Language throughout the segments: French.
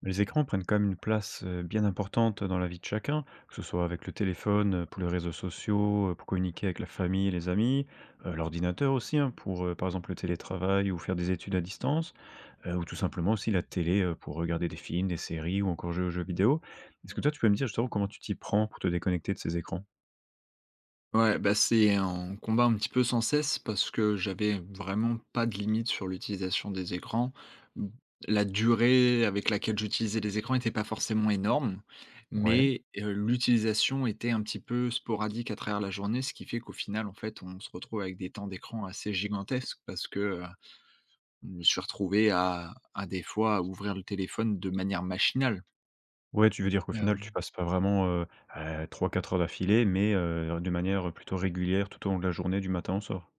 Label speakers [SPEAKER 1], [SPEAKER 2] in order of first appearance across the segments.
[SPEAKER 1] Les écrans prennent quand même une place, bien importante dans la vie de chacun, que ce soit avec le téléphone, pour les réseaux sociaux, pour communiquer avec la famille et les amis, l'ordinateur aussi, hein, pour, par exemple, le télétravail ou faire des études à distance, ou tout simplement aussi la télé, pour regarder des films, des séries ou encore jouer aux jeux vidéo. Est-ce que toi, tu peux me dire justement comment tu t'y prends pour te déconnecter de ces écrans?
[SPEAKER 2] Ouais, bah, c'est un combat un petit peu sans cesse parce que j'avais vraiment pas de limite sur l'utilisation des écrans. Mmh, la durée avec laquelle j'utilisais les écrans n'était pas forcément énorme,
[SPEAKER 1] Ouais.
[SPEAKER 2] mais, l'utilisation était un petit peu sporadique à travers la journée, ce qui fait qu'au final, en fait, on se retrouve avec des temps d'écran assez gigantesques parce que, je me suis retrouvé à des fois à ouvrir le téléphone de manière machinale.
[SPEAKER 1] Ouais, tu veux dire qu'au final, tu passes pas vraiment, 3-4 heures d'affilée, mais de manière, plutôt régulière tout au long de la journée, du matin au soir?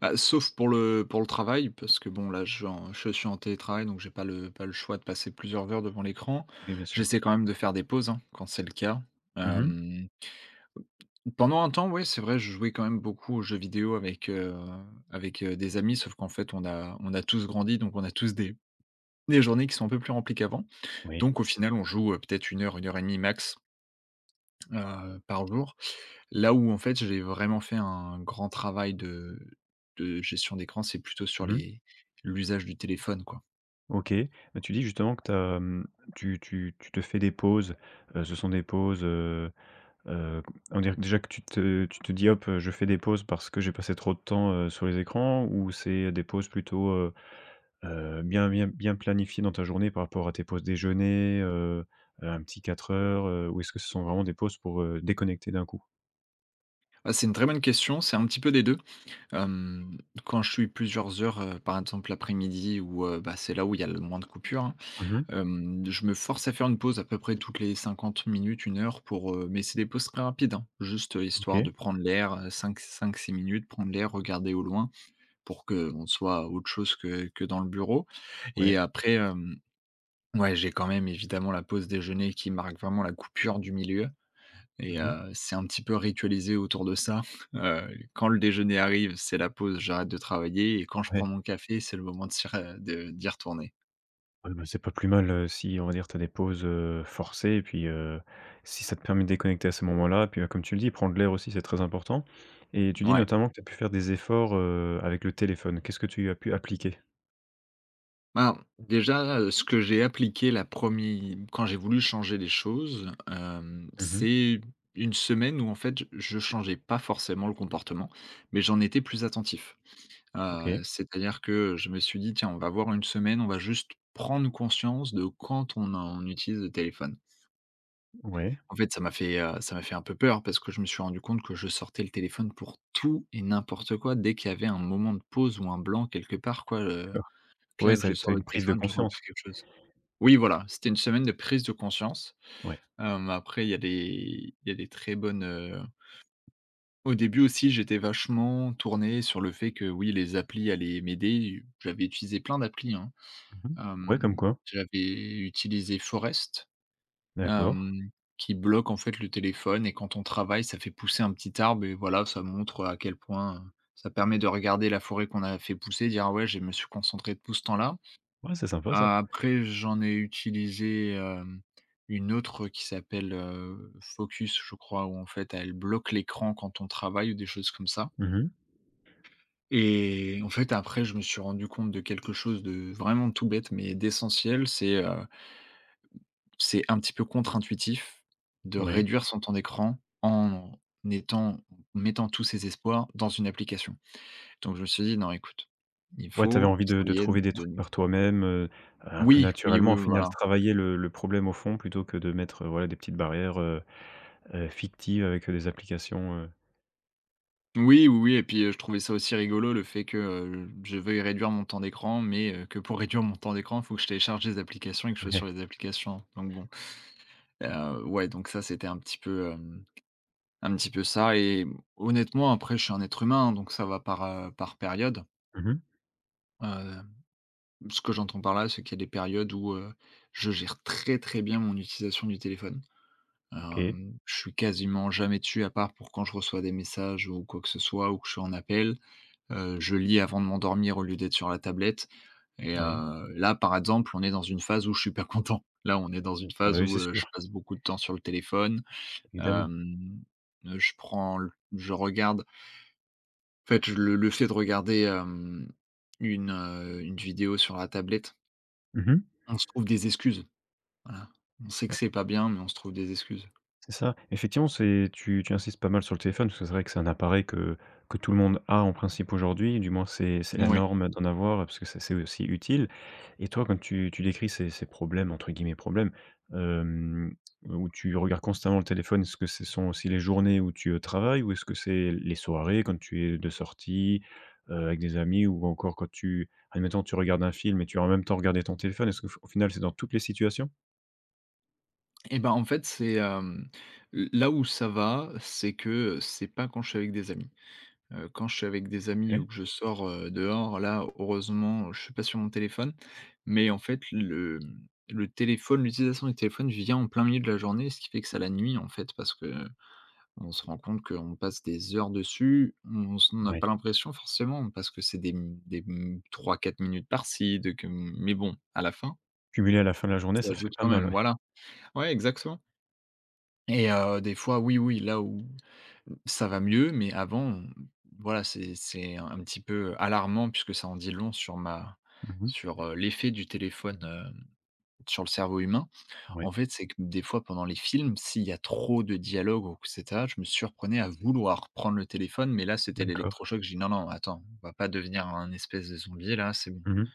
[SPEAKER 2] Bah, sauf pour le travail, parce que bon là je suis en télétravail, donc j'ai pas le choix de passer plusieurs heures devant l'écran.
[SPEAKER 1] Oui, bien sûr.
[SPEAKER 2] J'essaie quand même de faire des pauses, hein, quand c'est le cas.
[SPEAKER 1] Mmh.
[SPEAKER 2] Hem, Pendant un temps, ouais, c'est vrai, je jouais quand même beaucoup aux jeux vidéo avec des amis, sauf qu'en fait on a tous grandi, donc on a tous des journées qui sont un peu plus remplies qu'avant.
[SPEAKER 1] Oui.
[SPEAKER 2] Donc au final, on joue, peut-être une heure et demie max, par jour. Là où en fait j'ai vraiment fait un grand travail de gestion d'écran, c'est plutôt sur
[SPEAKER 1] Mmh.
[SPEAKER 2] les l'usage du téléphone, quoi.
[SPEAKER 1] OK. Tu dis justement que tu as, tu te fais des pauses, ce sont des pauses, heu, on dirait que déjà que tu te dis: «Hop, je fais des pauses parce que j'ai passé trop de temps, sur les écrans» ou c'est des pauses plutôt, bien bien bien planifiées dans ta journée par rapport à tes pauses déjeuner, un petit 4 heures, ou est-ce que ce sont vraiment des pauses pour, déconnecter d'un coup?
[SPEAKER 2] Ah, c'est une très bonne question, c'est un petit peu des deux. Hem, Quand je suis plusieurs heures, par exemple l'après-midi où, bah, c'est là où il y a le moins de coupures, hein.
[SPEAKER 1] Mmh.
[SPEAKER 2] Je me force à faire une pause à peu près toutes les 50 minutes, une heure mais c'est des pauses très rapides, hein. Juste, histoire
[SPEAKER 1] OK.
[SPEAKER 2] de prendre l'air, cinq 5 5 minutes, prendre l'air, regarder au loin pour qu'on soit autre chose que dans le bureau et
[SPEAKER 1] Ouais.
[SPEAKER 2] après, ouais, j'ai quand même évidemment la pause déjeuner qui marque vraiment la coupure du milieu et
[SPEAKER 1] Mmh.
[SPEAKER 2] c'est un petit peu ritualisé autour de ça. Quand le déjeuner arrive, c'est la pause, j'arrête de travailler et quand je
[SPEAKER 1] Ouais.
[SPEAKER 2] prends mon café, c'est le moment de s'y re de d'y retourner.
[SPEAKER 1] Ouais, bah, c'est pas plus mal, si on va dire tu as des pauses, forcées et puis, si ça te permet de déconnecter à ces moments-là, puis, bah, comme tu le dis, prendre l'air aussi, c'est très important et tu dis
[SPEAKER 2] Ouais.
[SPEAKER 1] notamment que tu as pu faire des efforts, avec le téléphone. Qu'est-ce que tu as pu appliquer?
[SPEAKER 2] Ben, déjà, ce que j'ai appliqué la première, quand j'ai voulu changer les choses,
[SPEAKER 1] Mmh.
[SPEAKER 2] c'est une semaine où en fait je changeais pas forcément le comportement, mais j'en étais plus attentif.
[SPEAKER 1] OK,
[SPEAKER 2] C'est-à-dire que je me suis dit: «Tiens, on va voir une semaine, on va juste prendre conscience de quand on utilise le téléphone».
[SPEAKER 1] ouais,
[SPEAKER 2] En fait, ça m'a fait un peu peur parce que je me suis rendu compte que je sortais le téléphone pour tout et n'importe quoi. Dès qu'il y avait un moment de pause ou un blanc quelque part quoi,
[SPEAKER 1] d'accord. Ouais,
[SPEAKER 2] clac, je
[SPEAKER 1] ça tu
[SPEAKER 2] sors le
[SPEAKER 1] une prise de
[SPEAKER 2] téléphone, je repère
[SPEAKER 1] conscience.
[SPEAKER 2] quelque chose. Oui, voilà, c'était une semaine de prise de conscience.
[SPEAKER 1] Ouais.
[SPEAKER 2] Hem, après il y a des il y a des très bonnes, Au début aussi, j'étais vachement tourné sur le fait que, oui, les applis allaient m'aider. J'avais utilisé plein d'applis, hein.
[SPEAKER 1] Mmh. Ouais, comme quoi.
[SPEAKER 2] J'avais utilisé Forest,
[SPEAKER 1] D'accord.
[SPEAKER 2] hem, qui bloque, en fait, le téléphone et quand on travaille, ça fait pousser un petit arbre et voilà, ça montre à quel point, ça permet de regarder la forêt qu'on a fait pousser, dire: «Ah ouais, je me suis concentré tout ce temps-là».
[SPEAKER 1] Ouais, c'est sympa ça.
[SPEAKER 2] Ah, après, j'en ai utilisé, une autre qui s'appelle, Focus, je crois, où en fait, elle bloque l'écran quand on travaille ou des choses comme ça
[SPEAKER 1] Mmh mh.
[SPEAKER 2] et en fait, après, je me suis rendu compte de quelque chose de vraiment tout bête, mais d'essentiel, c'est un petit peu contre-intuitif de
[SPEAKER 1] Oui.
[SPEAKER 2] réduire son temps d'écran en étant en mettant tous ses espoirs dans une application. Donc je me suis dit: «Non, écoute, il
[SPEAKER 1] Ouais, t'avais
[SPEAKER 2] faut
[SPEAKER 1] envie de
[SPEAKER 2] que
[SPEAKER 1] de trouver des trucs
[SPEAKER 2] de.»
[SPEAKER 1] par toi-même, un peu
[SPEAKER 2] Oui, oui, oui,
[SPEAKER 1] naturellement, au
[SPEAKER 2] oui,
[SPEAKER 1] final,
[SPEAKER 2] voilà.
[SPEAKER 1] travailler le problème au fond plutôt que de mettre, voilà, des petites barrières, fictive avec, des applications,
[SPEAKER 2] Oui, oui, oui et puis, je trouvais ça aussi rigolo le fait que, je veuille réduire mon temps d'écran, mais que pour réduire mon temps d'écran, il faut que je télécharge des applications et que je sois
[SPEAKER 1] ouais.
[SPEAKER 2] sur les applications. Donc bon, ouais, donc ça, c'était un petit peu ça et honnêtement, après, je suis un être humain, hein, donc ça va par, par période.
[SPEAKER 1] Mmh mh.
[SPEAKER 2] Heu, Ce que j'entends par là, c'est qu'il y a des périodes où, je gère très, très bien mon utilisation du téléphone.
[SPEAKER 1] OK.
[SPEAKER 2] Je suis quasiment jamais dessus à part pour quand je reçois des messages ou quoi que ce soit ou que je suis en appel. Je lis avant de m'endormir au lieu d'être sur la tablette et
[SPEAKER 1] Oui.
[SPEAKER 2] là, par exemple, on est dans une phase où je suis pas content. Là, on est dans une
[SPEAKER 1] Ah bah
[SPEAKER 2] phase
[SPEAKER 1] oui,
[SPEAKER 2] où,
[SPEAKER 1] c'est
[SPEAKER 2] je
[SPEAKER 1] sûr,
[SPEAKER 2] passe beaucoup de temps sur le téléphone,
[SPEAKER 1] évidemment.
[SPEAKER 2] hem, je prends l je regarde en fait, le fait de regarder, une vidéo sur la tablette,
[SPEAKER 1] Mmh mh.
[SPEAKER 2] on se trouve des excuses, voilà. On sait que c'est pas bien, mais on se trouve des excuses.
[SPEAKER 1] C'est ça. Effectivement, c'est tu tu insistes pas mal sur le téléphone, parce que c'est vrai que c'est un appareil que tout le monde a en principe aujourd'hui, du moins c'est la
[SPEAKER 2] Oui
[SPEAKER 1] norme d'en avoir, parce que ça c'est aussi utile et toi, quand tu décris ces «problèmes», entre guillemets, problèmes, hem, où tu regardes constamment le téléphone, est-ce que ce sont aussi les journées où tu, travailles ou est-ce que c'est les soirées quand tu es de sortie, avec des amis ou encore quand tu admettons, tu regardes un film et tu as en même temps regardé ton téléphone? Est-ce qu'au final, c'est dans toutes les situations?
[SPEAKER 2] et ben en fait, là où ça va, c'est que c'est pas quand je suis avec des amis. Quand je suis avec des amis ou
[SPEAKER 1] OK.
[SPEAKER 2] que je sors, dehors, là, heureusement, je suis pas sur mon téléphone. Mais en fait, le mmh, le téléphone l'utilisation du téléphone vient en plein milieu de la journée, ce qui fait que ça la nuit, en fait, parce que on se rend compte qu'on passe des heures dessus. On n'a
[SPEAKER 1] Ouais,
[SPEAKER 2] pas l'impression forcément parce que c'est des m 3 minutes par-ci, mais bon, à la fin,
[SPEAKER 1] cumulé à la fin de la journée,
[SPEAKER 2] ça
[SPEAKER 1] ça fait
[SPEAKER 2] ajoute
[SPEAKER 1] pas
[SPEAKER 2] quand
[SPEAKER 1] mal,
[SPEAKER 2] même,
[SPEAKER 1] ouais.
[SPEAKER 2] voilà. Ouais, exactement et des fois, oui, oui, là où ça va mieux, mais avant, voilà, c'est un petit peu alarmant puisque ça en dit long sur
[SPEAKER 1] Mmh mh.
[SPEAKER 2] l'effet du téléphone, sur le cerveau humain. En
[SPEAKER 1] Ouais,
[SPEAKER 2] fait, c'est que des fois pendant les films, s'il y a trop de dialogues ou et cetera, je me surprenais à vouloir prendre le téléphone, mais là, c'était
[SPEAKER 1] d'accord.
[SPEAKER 2] l'électrochoc. J'ai dit: «Non, non, attends, on va pas devenir un espèce de zombie là, c'est bon».
[SPEAKER 1] Mmh mh,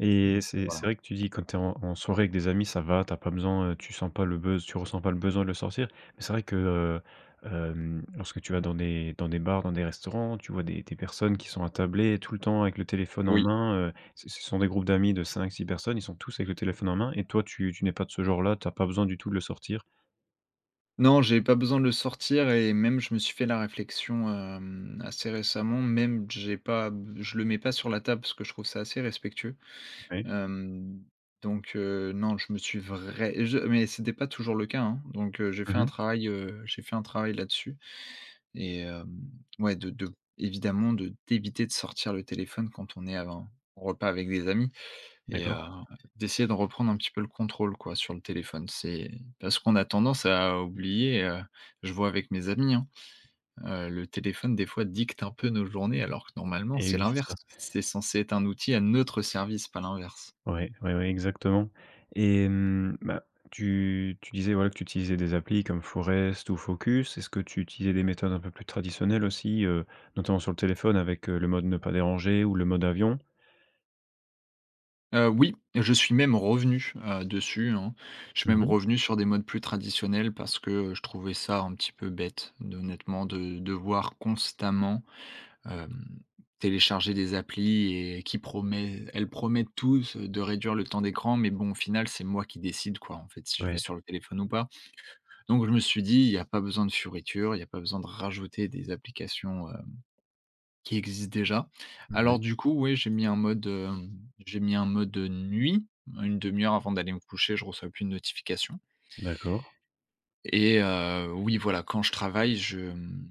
[SPEAKER 1] et
[SPEAKER 2] Donc
[SPEAKER 1] c'est
[SPEAKER 2] voilà.
[SPEAKER 1] c'est vrai que tu dis quand tu es en soirée avec des amis, ça va, tu as pas besoin, tu sens pas le buzz, tu ressens pas le besoin de le sortir. Mais c'est vrai que, lorsque tu vas dans des bars, dans des restaurants, tu vois des personnes qui sont attablées tout le temps avec le téléphone en
[SPEAKER 2] Oui.
[SPEAKER 1] main, ce sont des groupes d'amis de cinq, six personnes, ils sont tous avec le téléphone en main et toi tu n'es pas de ce genre-là, tu as pas besoin du tout de le sortir.
[SPEAKER 2] Non, j'ai pas besoin de le sortir et même je me suis fait la réflexion, assez récemment, même j'ai pas je le mets pas sur la table parce que je trouve ça assez respectueux.
[SPEAKER 1] Oui.
[SPEAKER 2] Hem, donc non, je me suis vrai je mais c'était pas toujours le cas, hein, donc j'ai fait
[SPEAKER 1] Mmh
[SPEAKER 2] un
[SPEAKER 1] mh.
[SPEAKER 2] travail, j'ai fait un travail là-dessus et ouais, de évidemment de d'éviter de sortir le téléphone quand on est à un repas avec des amis. Et
[SPEAKER 1] D'accord
[SPEAKER 2] d'essayer de reprendre un petit peu le contrôle quoi sur le téléphone. C'est parce qu'on a tendance à oublier, je vois avec mes amis, hein, le téléphone des fois dicte un peu nos journées alors que normalement
[SPEAKER 1] et
[SPEAKER 2] c'est
[SPEAKER 1] oui, c'est
[SPEAKER 2] l'inverse.
[SPEAKER 1] ça.
[SPEAKER 2] C'est censé être un outil à notre service, pas l'inverse.
[SPEAKER 1] Ouais, ouais, ouais, exactement et bah, tu disais, voilà, que tu utilisais des applis comme Forest ou Focus. Est-ce que tu utilisais des méthodes un peu plus traditionnelles aussi, notamment sur le téléphone avec, le mode «Ne pas déranger» ou le mode «Avion»?
[SPEAKER 2] Oui, je suis même revenu, dessus, hein. Je suis même
[SPEAKER 1] Mmh.
[SPEAKER 2] revenu sur des modes plus traditionnels parce que je trouvais ça un petit peu bête, d honnêtement, de devoir constamment Hem, télécharger des applis et qui promet elles promettent tous de réduire le temps d'écran, mais bon, au final, c'est moi qui décide, quoi, en fait, si je vais
[SPEAKER 1] Ouais,
[SPEAKER 2] sur le téléphone ou pas. Donc je me suis dit: «Il y a pas besoin de fioritures, il y a pas besoin de rajouter des applications, qui existent déjà». Alors
[SPEAKER 1] ouais,
[SPEAKER 2] du coup, oui, j'ai mis un mode, hem, j'ai mis un mode, nuit, une demi heure avant d'aller me coucher, je reçois plus de notifications
[SPEAKER 1] d'accord.
[SPEAKER 2] et oui, voilà, quand je travaille, je, mmh,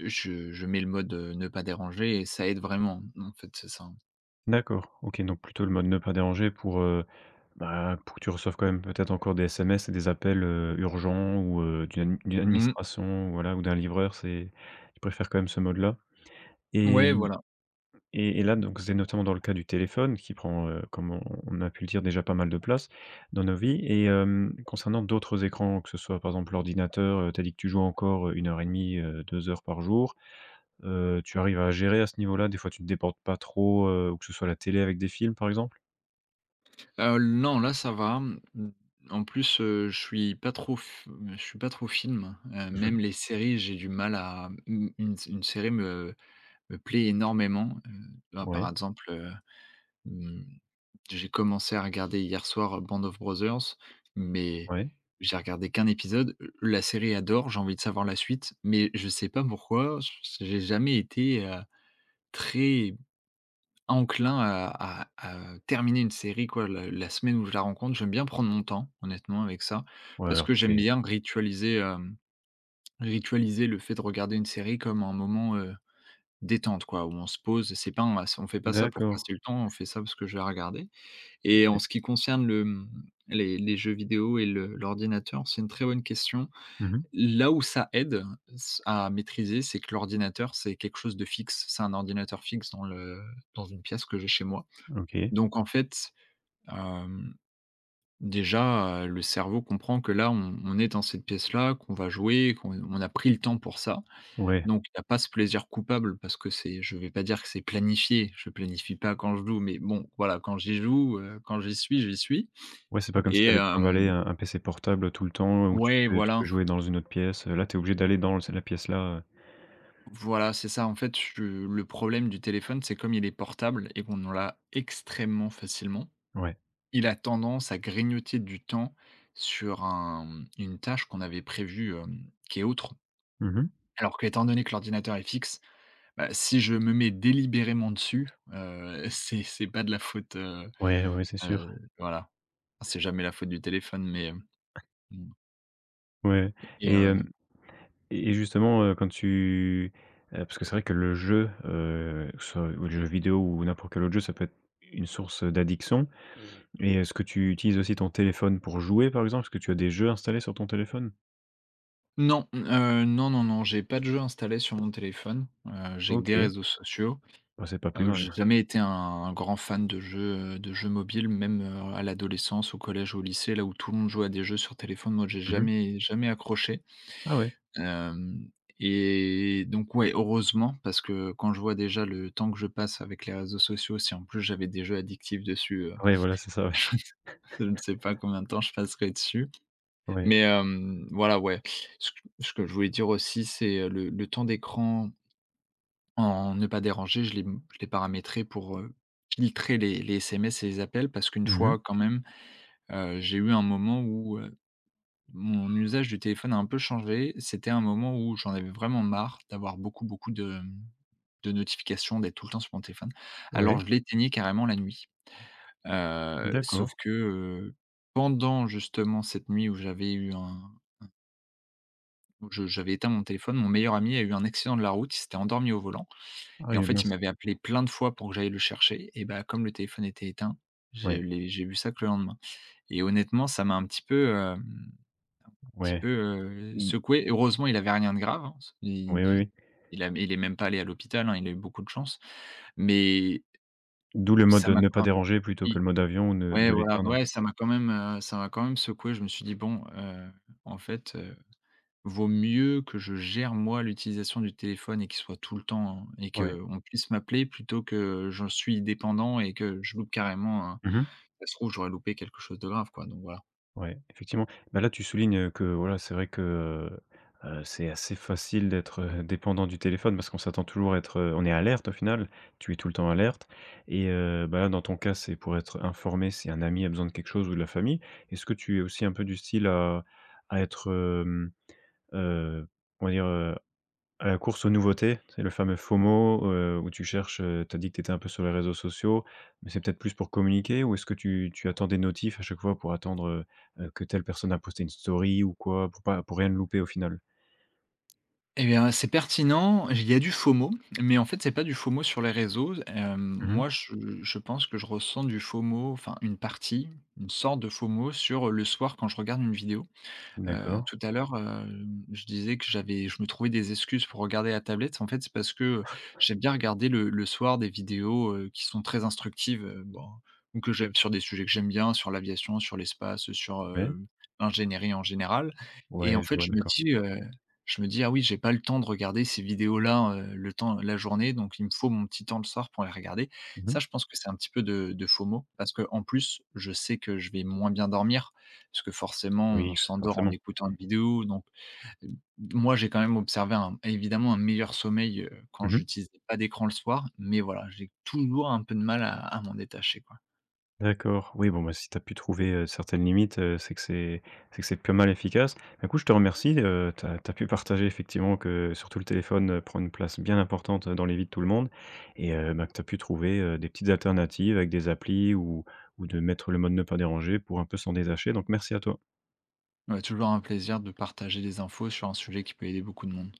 [SPEAKER 2] je mets le mode, ne pas déranger et ça aide vraiment, en fait, c'est ça.
[SPEAKER 1] D'accord, OK, donc plutôt le mode «Ne pas déranger» pour, bah, pour que tu reçoives quand même peut-être encore des SMS et des appels, urgents ou, d'une
[SPEAKER 2] Mmh.
[SPEAKER 1] administration, voilà, ou d'un livreur, c'est tu préfères quand même ce mode-là et
[SPEAKER 2] Ouais,
[SPEAKER 1] mmh.
[SPEAKER 2] voilà.
[SPEAKER 1] Et là, donc c'est notamment dans le cas du téléphone qui prend, comme on a pu le dire, déjà pas mal de place dans nos vies et concernant d'autres écrans, que ce soit par exemple l'ordinateur, tu as dit que tu joues encore, une heure et demie, 2 heures par jour. Tu arrives à gérer à ce niveau-là? Des fois, tu ne te déportes pas trop, ou que ce soit la télé avec des films, par exemple?
[SPEAKER 2] Non, là, ça va. Mmh, En plus, je suis pas trop film.
[SPEAKER 1] Mmh.
[SPEAKER 2] Même les séries, j'ai du mal à u une série me plaît énormément. Ben, par
[SPEAKER 1] Ouais,
[SPEAKER 2] exemple, mmh, j'ai commencé à regarder hier soir Band of Brothers, mais
[SPEAKER 1] ouais.
[SPEAKER 2] j'ai regardé qu'un épisode. La série adore, j'ai envie de savoir la suite, mais je sais pas pourquoi, j'ai jamais été, très enclin à terminer une série quoi, le la semaine où je la rencontre. J'aime bien prendre mon temps, honnêtement, avec ça,
[SPEAKER 1] Ouais,
[SPEAKER 2] parce
[SPEAKER 1] alors
[SPEAKER 2] que
[SPEAKER 1] tu
[SPEAKER 2] j'aime
[SPEAKER 1] fais
[SPEAKER 2] bien ritualiser le fait de regarder une série comme un moment, détente quoi, où on se pose. C'est pas un on fait pas ça pour
[SPEAKER 1] d'accord.
[SPEAKER 2] passer le temps, on fait ça parce que je vais la regarder et en
[SPEAKER 1] Ouais.
[SPEAKER 2] ce qui concerne les jeux vidéo et le l'ordinateur, c'est une très bonne question.
[SPEAKER 1] Mmh.
[SPEAKER 2] Là où ça aide s à maîtriser, c'est que l'ordinateur, c'est quelque chose de fixe. C'est un ordinateur fixe dans le dans une pièce que j'ai chez moi
[SPEAKER 1] OK.
[SPEAKER 2] donc en fait, hem, déjà, le cerveau comprend que là, on est dans cette pièce-là, qu'on va jouer, qu'on a pris le temps pour ça.
[SPEAKER 1] Ouais.
[SPEAKER 2] Donc il n'y a pas ce plaisir coupable parce que c'est je vais pas dire que c'est planifié, je planifie pas quand je joue, mais bon, voilà, quand j'y joue, quand j'y suis
[SPEAKER 1] Ouais, c'est pas comme si
[SPEAKER 2] et
[SPEAKER 1] t'allais trimballer
[SPEAKER 2] hem
[SPEAKER 1] un PC portable tout le temps, où tu
[SPEAKER 2] ouais,
[SPEAKER 1] peux tu
[SPEAKER 2] voilà,
[SPEAKER 1] peux jouer dans une autre pièce, là, t'es obligé d'aller dans la pièce-là,
[SPEAKER 2] voilà, c'est ça. En fait, je le problème du téléphone, c'est comme il est portable et qu'on en l'a extrêmement facilement.
[SPEAKER 1] ouais.
[SPEAKER 2] Il a tendance à grignoter du temps sur une tâche qu'on avait prévue, qui est autre.
[SPEAKER 1] Mmh mh.
[SPEAKER 2] Alors qu'étant donné que l'ordinateur est fixe, bah, si je me mets délibérément dessus, c'est pas de la faute,
[SPEAKER 1] Ouais, ouais, c'est sûr.
[SPEAKER 2] heu, voilà. Enfin, c'est jamais la faute du téléphone, mais, hem, mmh
[SPEAKER 1] Ouais
[SPEAKER 2] et
[SPEAKER 1] et hem et justement, quand tu parce que c'est vrai que le jeu, que ce soit le jeu vidéo ou n'importe quel autre jeu, ça peut être une source, d'addiction et est-ce que tu utilises aussi ton téléphone pour jouer, par exemple? Est-ce que tu as des jeux installés sur ton téléphone?
[SPEAKER 2] non, non, non, non, j'ai pas de jeu installé sur mon téléphone, j'ai que des
[SPEAKER 1] OK,
[SPEAKER 2] réseaux sociaux.
[SPEAKER 1] bah, c'est pas plus mal.
[SPEAKER 2] J'ai jamais été un grand fan de jeux mobiles, même, à l'adolescence, au collège, au lycée, là où tout le monde jouait à des jeux sur téléphone, moi j'ai
[SPEAKER 1] Mmh mh.
[SPEAKER 2] jamais accroché.
[SPEAKER 1] Ah ouais.
[SPEAKER 2] Hem Et donc ouais, heureusement parce que quand je vois déjà le temps que je passe avec les réseaux sociaux, si en plus j'avais des jeux addictifs dessus,
[SPEAKER 1] Ouais, voilà, c'est ça, ouais.
[SPEAKER 2] je ne sais pas combien de temps je passerai dessus.
[SPEAKER 1] Ouais.
[SPEAKER 2] Mais, voilà, ouais. Ce que je voulais dire aussi, c'est, le temps d'écran. En ne pas déranger, je l'ai paramétré pour, filtrer les SMS et les appels parce qu'une
[SPEAKER 1] Mmh mh.
[SPEAKER 2] fois quand même, j'ai eu un moment où, mon usage du téléphone a un peu changé. C'était un moment où j'en avais vraiment marre d'avoir beaucoup, beaucoup de notifications, d'être tout le temps sur mon téléphone. Alors
[SPEAKER 1] Ouais,
[SPEAKER 2] je l'éteignais carrément la nuit. Sauf
[SPEAKER 1] d'accord.
[SPEAKER 2] que, pendant justement cette nuit où j'avais eu un où je j'avais éteint mon téléphone, mon meilleur ami a eu un accident de la route, il s'était endormi au volant.
[SPEAKER 1] Ah
[SPEAKER 2] Et en
[SPEAKER 1] oui,
[SPEAKER 2] fait, il
[SPEAKER 1] mince.
[SPEAKER 2] m'avait appelé plein de fois pour que j'aille le chercher et bah, comme le téléphone était éteint, je
[SPEAKER 1] Ouais,
[SPEAKER 2] l'ai j'ai vu ça que le lendemain et honnêtement, ça m'a un petit peu, petit
[SPEAKER 1] ouais.
[SPEAKER 2] peu,
[SPEAKER 1] Mmh.
[SPEAKER 2] secoué. Heureusement, il avait rien de grave, hein, il
[SPEAKER 1] Oui, oui,
[SPEAKER 2] il
[SPEAKER 1] oui.
[SPEAKER 2] il est même pas allé à l'hôpital, hein, il a eu beaucoup de chance, mais
[SPEAKER 1] D'où le mode,
[SPEAKER 2] ça m'a
[SPEAKER 1] ne pas
[SPEAKER 2] quand
[SPEAKER 1] déranger plutôt que
[SPEAKER 2] i
[SPEAKER 1] le mode avion ou ne
[SPEAKER 2] ouais,
[SPEAKER 1] de
[SPEAKER 2] voilà,
[SPEAKER 1] l'éteindre.
[SPEAKER 2] ouais, ça m'a quand même, ça m'a quand même secoué. Je me suis dit: «Bon, en fait, euh, vaut mieux que je gère moi l'utilisation du téléphone et qu'il soit tout le temps hein, et
[SPEAKER 1] Ouais.
[SPEAKER 2] qu'on puisse m'appeler plutôt que j'en suis dépendant et que je loupe carrément un
[SPEAKER 1] Mmh mh.
[SPEAKER 2] ça se trouve, j'aurais loupé quelque chose de grave quoi, donc voilà».
[SPEAKER 1] Ouais, effectivement. Bah, là, tu soulignes, que voilà, c'est vrai que, c'est assez facile d'être, dépendant du téléphone parce qu'on s'attend toujours à être, on est alerte au final, tu es tout le temps alerte et bah, là, dans ton cas, c'est pour être informé si un ami a besoin de quelque chose ou de la famille. Est-ce que tu es aussi un peu du style à être, heu, on va dire, course aux nouveautés, c'est le fameux FOMO, où tu cherches, tu as dit que tu étais un peu sur les réseaux sociaux, mais c'est peut-être plus pour communiquer ou est-ce que tu attends des notifs à chaque fois pour attendre, que telle personne a posté une story ou quoi? Pour pas pour rien louper au final?
[SPEAKER 2] Eh bien, c'est pertinent, il y a du FOMO, mais en fait, c'est pas du FOMO sur les réseaux.
[SPEAKER 1] Mmh mh.
[SPEAKER 2] Moi, je pense que je ressens du FOMO, enfin une partie, une sorte de FOMO sur le soir quand je regarde une vidéo.
[SPEAKER 1] D'accord.
[SPEAKER 2] Tout à l'heure, je disais que j'avais je me trouvais des excuses pour regarder la tablette. En fait, c'est parce que, j'aime bien regarder le soir des vidéos, qui sont très instructives, bon ou que j'aime sur des sujets que j'aime bien, sur l'aviation, sur l'espace, sur,
[SPEAKER 1] Ouais.
[SPEAKER 2] l'ingénierie en général. Et
[SPEAKER 1] Ouais,
[SPEAKER 2] en
[SPEAKER 1] je
[SPEAKER 2] fait,
[SPEAKER 1] vois, d'accord.
[SPEAKER 2] je me dis: «Ah oui, j'ai pas le temps de regarder ces vidéos-là, le temps la journée, donc il me faut mon petit temps le soir pour les regarder».
[SPEAKER 1] Mmh
[SPEAKER 2] Ça,
[SPEAKER 1] mh.
[SPEAKER 2] je pense que c'est un petit peu de FOMO parce que en plus, je sais que je vais moins bien dormir. Parce que forcément, on
[SPEAKER 1] Oui,
[SPEAKER 2] s'endort en
[SPEAKER 1] forcément.
[SPEAKER 2] écoutant une vidéo, donc hem, moi, j'ai quand même observé un évidemment un meilleur sommeil, quand
[SPEAKER 1] Mmh mh.
[SPEAKER 2] j'utilisais pas d'écran le soir, mais voilà, j'ai toujours un peu de mal à m'en détacher, quoi.
[SPEAKER 1] D'accord, oui, bon, bah, si tu as pu trouver, certaines limites, c'est que c'est pas mal efficace. Du coup, je te remercie, tu as pu partager effectivement que surtout le téléphone, prend une place bien importante, dans les vies de tout le monde et bah, que tu as pu trouver, des petites alternatives avec des applis ou de mettre le mode ne pas déranger pour un peu s'en détacher, donc merci à toi.
[SPEAKER 2] Ouais, toujours un plaisir de partager des infos sur un sujet qui peut aider beaucoup de monde.